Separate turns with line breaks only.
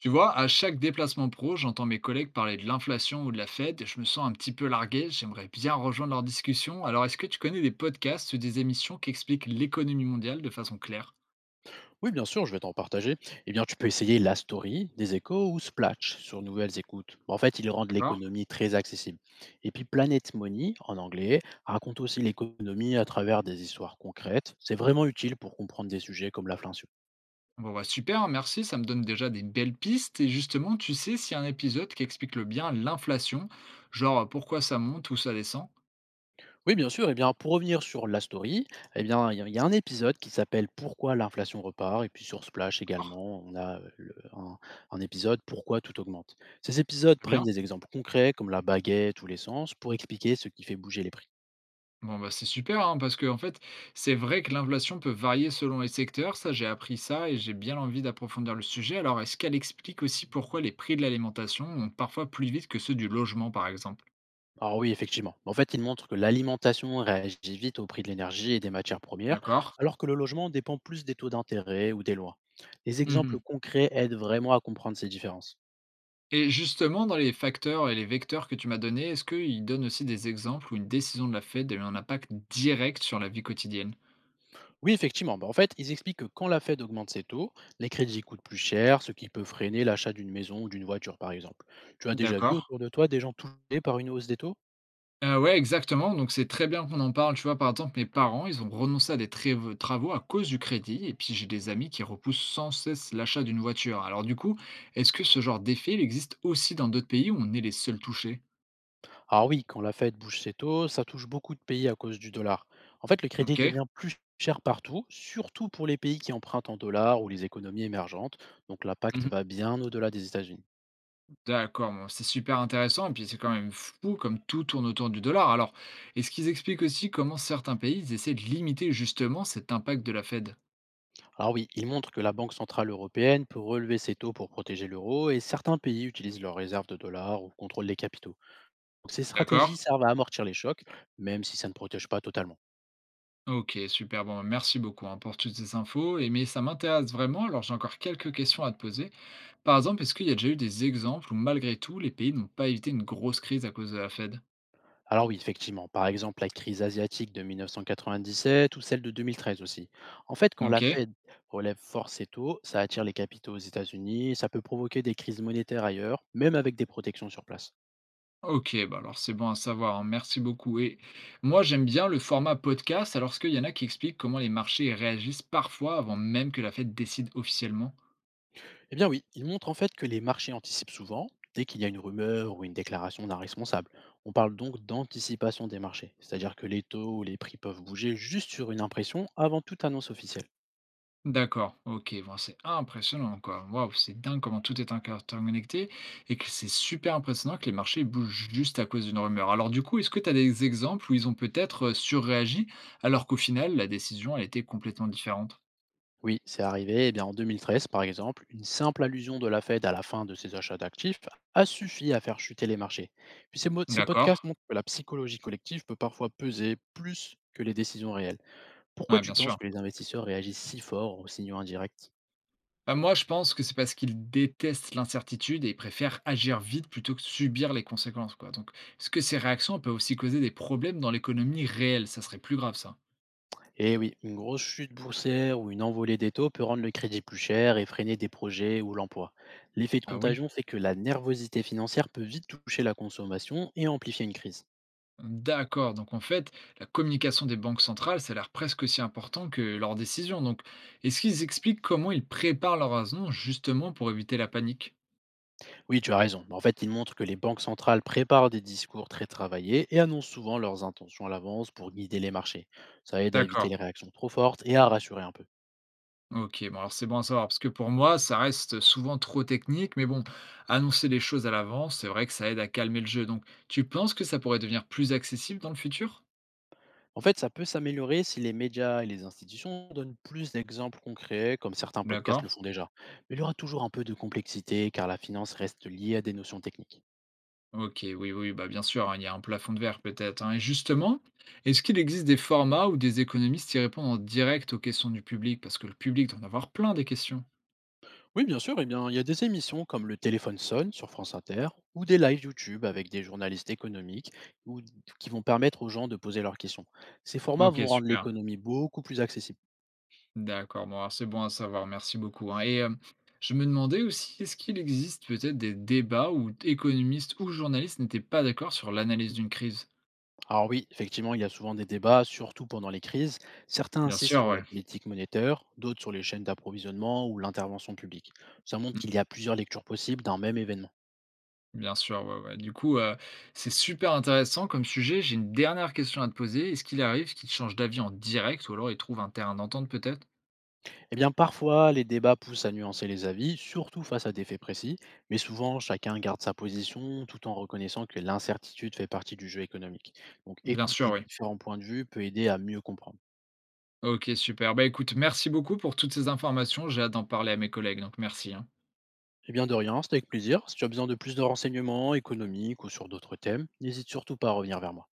Tu vois, à chaque déplacement pro, j'entends mes collègues parler de l'inflation ou de la Fed et je me sens un petit peu largué. J'aimerais bien rejoindre leur discussion. Alors, est-ce que tu connais des podcasts ou des émissions qui expliquent l'économie mondiale de façon claire?
Oui, bien sûr, je vais t'en partager. Eh bien, tu peux essayer La Story, des échos ou Splatch sur Nouvelles Écoutes. En fait, ils rendent
D'accord?
l'économie très accessible. Et puis Planet Money, en anglais, raconte aussi l'économie à travers des histoires concrètes. C'est vraiment utile pour comprendre des sujets comme l'inflation.
Bon, bah super, merci. Ça me donne déjà des belles pistes. Et justement, tu sais s'il y a un épisode qui explique le bien l'inflation, genre pourquoi ça monte ou ça descend?
Oui, bien sûr. Eh bien, pour revenir sur La Story, eh bien, il y a un épisode qui s'appelle Pourquoi l'inflation repart. Et puis sur Splash
D'accord?
également, on a un épisode Pourquoi tout augmente. Ces épisodes
Très
prennent
bien.
des exemples concrets comme la baguette ou l'essence pour expliquer ce qui fait bouger les prix.
Bon, bah, c'est super, hein, parce que en fait, c'est vrai que l'inflation peut varier selon les secteurs. Ça, j'ai appris ça et j'ai bien envie d'approfondir le sujet. Alors, est-ce qu'elle explique aussi pourquoi les prix de l'alimentation montent parfois plus vite que ceux du logement, par exemple?
Alors oui, effectivement. En fait, il montre que l'alimentation réagit vite au prix de l'énergie et des matières premières,
D'accord?
alors que le logement dépend plus des taux d'intérêt ou des lois. Les exemples
Mhm.
concrets aident vraiment à comprendre ces différences.
Et justement, dans les facteurs et les vecteurs que tu m'as donnés, est-ce qu'ils donnent aussi des exemples où une décision de la Fed a eu un impact direct sur la vie quotidienne?
Oui, effectivement. Bah, en fait, ils expliquent que quand la Fed augmente ses taux, les crédits coûtent plus cher, ce qui peut freiner l'achat d'une maison ou d'une voiture, par exemple. Tu as déjà vu
D'accord?
autour de toi des gens touchés par une hausse des taux?
Ouais, exactement, donc c'est très bien qu'on en parle, tu vois? Par exemple, mes parents, ils ont renoncé à des trév travaux à cause du crédit et puis j'ai des amis qui repoussent sans cesse l'achat d'une voiture. Alors du coup, est-ce que ce genre d'effet, il existe aussi dans d'autres pays où on est les seuls touchés?
Ah oui, quand la Fed bouge ses taux, ça touche beaucoup de pays à cause du dollar. En fait, le crédit
OK.
devient plus cher partout, surtout pour les pays qui empruntent en dollars ou les économies émergentes. Donc l'impact
Mmh.
va bien au-delà des États-Unis.
D'accord, bon, c'est super intéressant et puis c'est quand même fou comme tout tourne autour du dollar. Alors, est-ce qu'ils expliquent aussi comment certains pays, ils essaient de limiter justement cet impact de la Fed?
Alors oui, il montre que la Banque centrale européenne peut relever ses taux pour protéger l'euro et certains pays utilisent leurs réserves de dollars ou contrôlent les capitaux. Donc ces
D'accord.
stratégies servent à amortir les chocs, même si ça ne protège pas totalement.
Ok, super. Bon, merci beaucoup hein, pour toutes ces infos. Et, mais ça m'intéresse vraiment. Alors, j'ai encore quelques questions à te poser. Par exemple, est-ce qu'il y a déjà eu des exemples où, malgré tout, les pays n'ont pas évité une grosse crise à cause de la Fed?
Alors oui, effectivement, par exemple la crise asiatique de 1997 ou celle de 2013 aussi. En fait, quand la
Ok.
Fed relève fort ses taux, ça attire les capitaux aux États-Unis, ça peut provoquer des crises monétaires ailleurs, même avec des protections sur place.
Ok, bah alors c'est bon à savoir, hein, merci beaucoup. Et moi, j'aime bien le format podcast, alors qu'il y en a qui expliquent comment les marchés réagissent parfois avant même que la Fed décide officiellement.
Eh bien oui, il montre en fait que les marchés anticipent souvent dès qu'il y a une rumeur ou une déclaration d'un responsable. On parle donc d'anticipation des marchés, c'est-à-dire que les taux ou les prix peuvent bouger juste sur une impression avant toute annonce officielle.
D'accord, OK, bon, c'est impressionnant, quoi. Waouh, c'est dingue comment tout est interconnecté et que c'est super impressionnant que les marchés bougent juste à cause d'une rumeur. Alors du coup, est-ce que tu as des exemples où ils ont peut-être surréagi alors qu'au final, la décision, elle était complètement différente?
Oui, c'est arrivé. Eh bien, en 2013, par exemple, une simple allusion de la Fed à la fin de ses achats d'actifs a suffi à faire chuter les marchés. Puis ces, ces
D'accord.
podcasts montrent que la psychologie collective peut parfois peser plus que les décisions réelles. Pourquoi
Ouais,
tu
bien
penses
sûr.
que les investisseurs réagissent si fort aux signaux indirects?
Bah, moi, je pense que c'est parce qu'ils détestent l'incertitude et ils préfèrent agir vite plutôt que subir les conséquences, quoi. Donc, est-ce que ces réactions peuvent aussi causer des problèmes dans l'économie réelle? Ça serait plus grave, ça.
Eh oui, une grosse chute boursière ou une envolée des taux peut rendre le crédit plus cher et freiner des projets ou l'emploi. L'effet de
Ah oui.
contagion fait que la nervosité financière peut vite toucher la consommation et amplifier une crise.
D'accord. Donc en fait, la communication des banques centrales, ça a l'air presque aussi important que leurs décisions. Donc, est-ce qu'ils expliquent comment ils préparent leurs annonces justement pour éviter la panique?
Oui, tu as raison. En fait, il montre que les banques centrales préparent des discours très travaillés et annoncent souvent leurs intentions à l'avance pour guider les marchés. Ça aide à éviter
D'accord.
les réactions trop fortes et à rassurer un peu.
Ok, bon alors c'est bon à savoir, parce que pour moi, ça reste souvent trop technique, mais bon, annoncer les choses à l'avance, c'est vrai que ça aide à calmer le jeu. Donc, tu penses que ça pourrait devenir plus accessible dans le futur?
En fait, ça peut s'améliorer si les médias et les institutions donnent plus d'exemples concrets, comme certains podcasts
D'accord.
le font déjà. Mais il y aura toujours un peu de complexité car la finance reste liée à des notions techniques.
OK, oui, oui, bah, bien sûr, hein, il y a un plafond de verre peut-être, hein. Et justement, est-ce qu'il existe des formats où des économistes y répondent en direct aux questions du public? Parce que le public doit en avoir plein des questions.
Oui, bien sûr. Eh bien, il y a des émissions comme Le Téléphone sonne sur France Inter ou des lives YouTube avec des journalistes économiques ou, qui vont permettre aux gens de poser leurs questions. Ces formats
OK,
vont rendre
super.
l'économie beaucoup plus accessible.
D'accord, bon, alors c'est bon à savoir, merci beaucoup, hein. Et je me demandais aussi, est-ce qu'il existe peut-être des débats où économistes ou journalistes n'étaient pas d'accord sur l'analyse d'une crise?
Alors oui, effectivement, il y a souvent des débats, surtout pendant les crises. Certains
Bien
insistent
sûr,
sur
ouais.
la politique monétaire, d'autres sur les chaînes d'approvisionnement ou l'intervention publique. Ça montre qu'il y a plusieurs lectures possibles d'un même événement.
Bien sûr, ouais, ouais. Du coup, c'est super intéressant comme sujet. J'ai une dernière question à te poser. Est-ce qu'il arrive qu'ils changent d'avis en direct ou alors ils trouvent un terrain d'entente peut-être?
Eh bien, parfois, les débats poussent à nuancer les avis, surtout face à des faits précis, mais souvent, chacun garde sa position tout en reconnaissant que l'incertitude fait partie du jeu économique. Donc,
Bien sûr,
écouter
oui.
différents points de vue peut aider à mieux comprendre.
OK, super. Bah, écoute, merci beaucoup pour toutes ces informations. J'ai hâte d'en parler à mes collègues, donc merci, hein.
Eh bien, de rien, c'était avec plaisir. Si tu as besoin de plus de renseignements économiques ou sur d'autres thèmes, n'hésite surtout pas à revenir vers moi.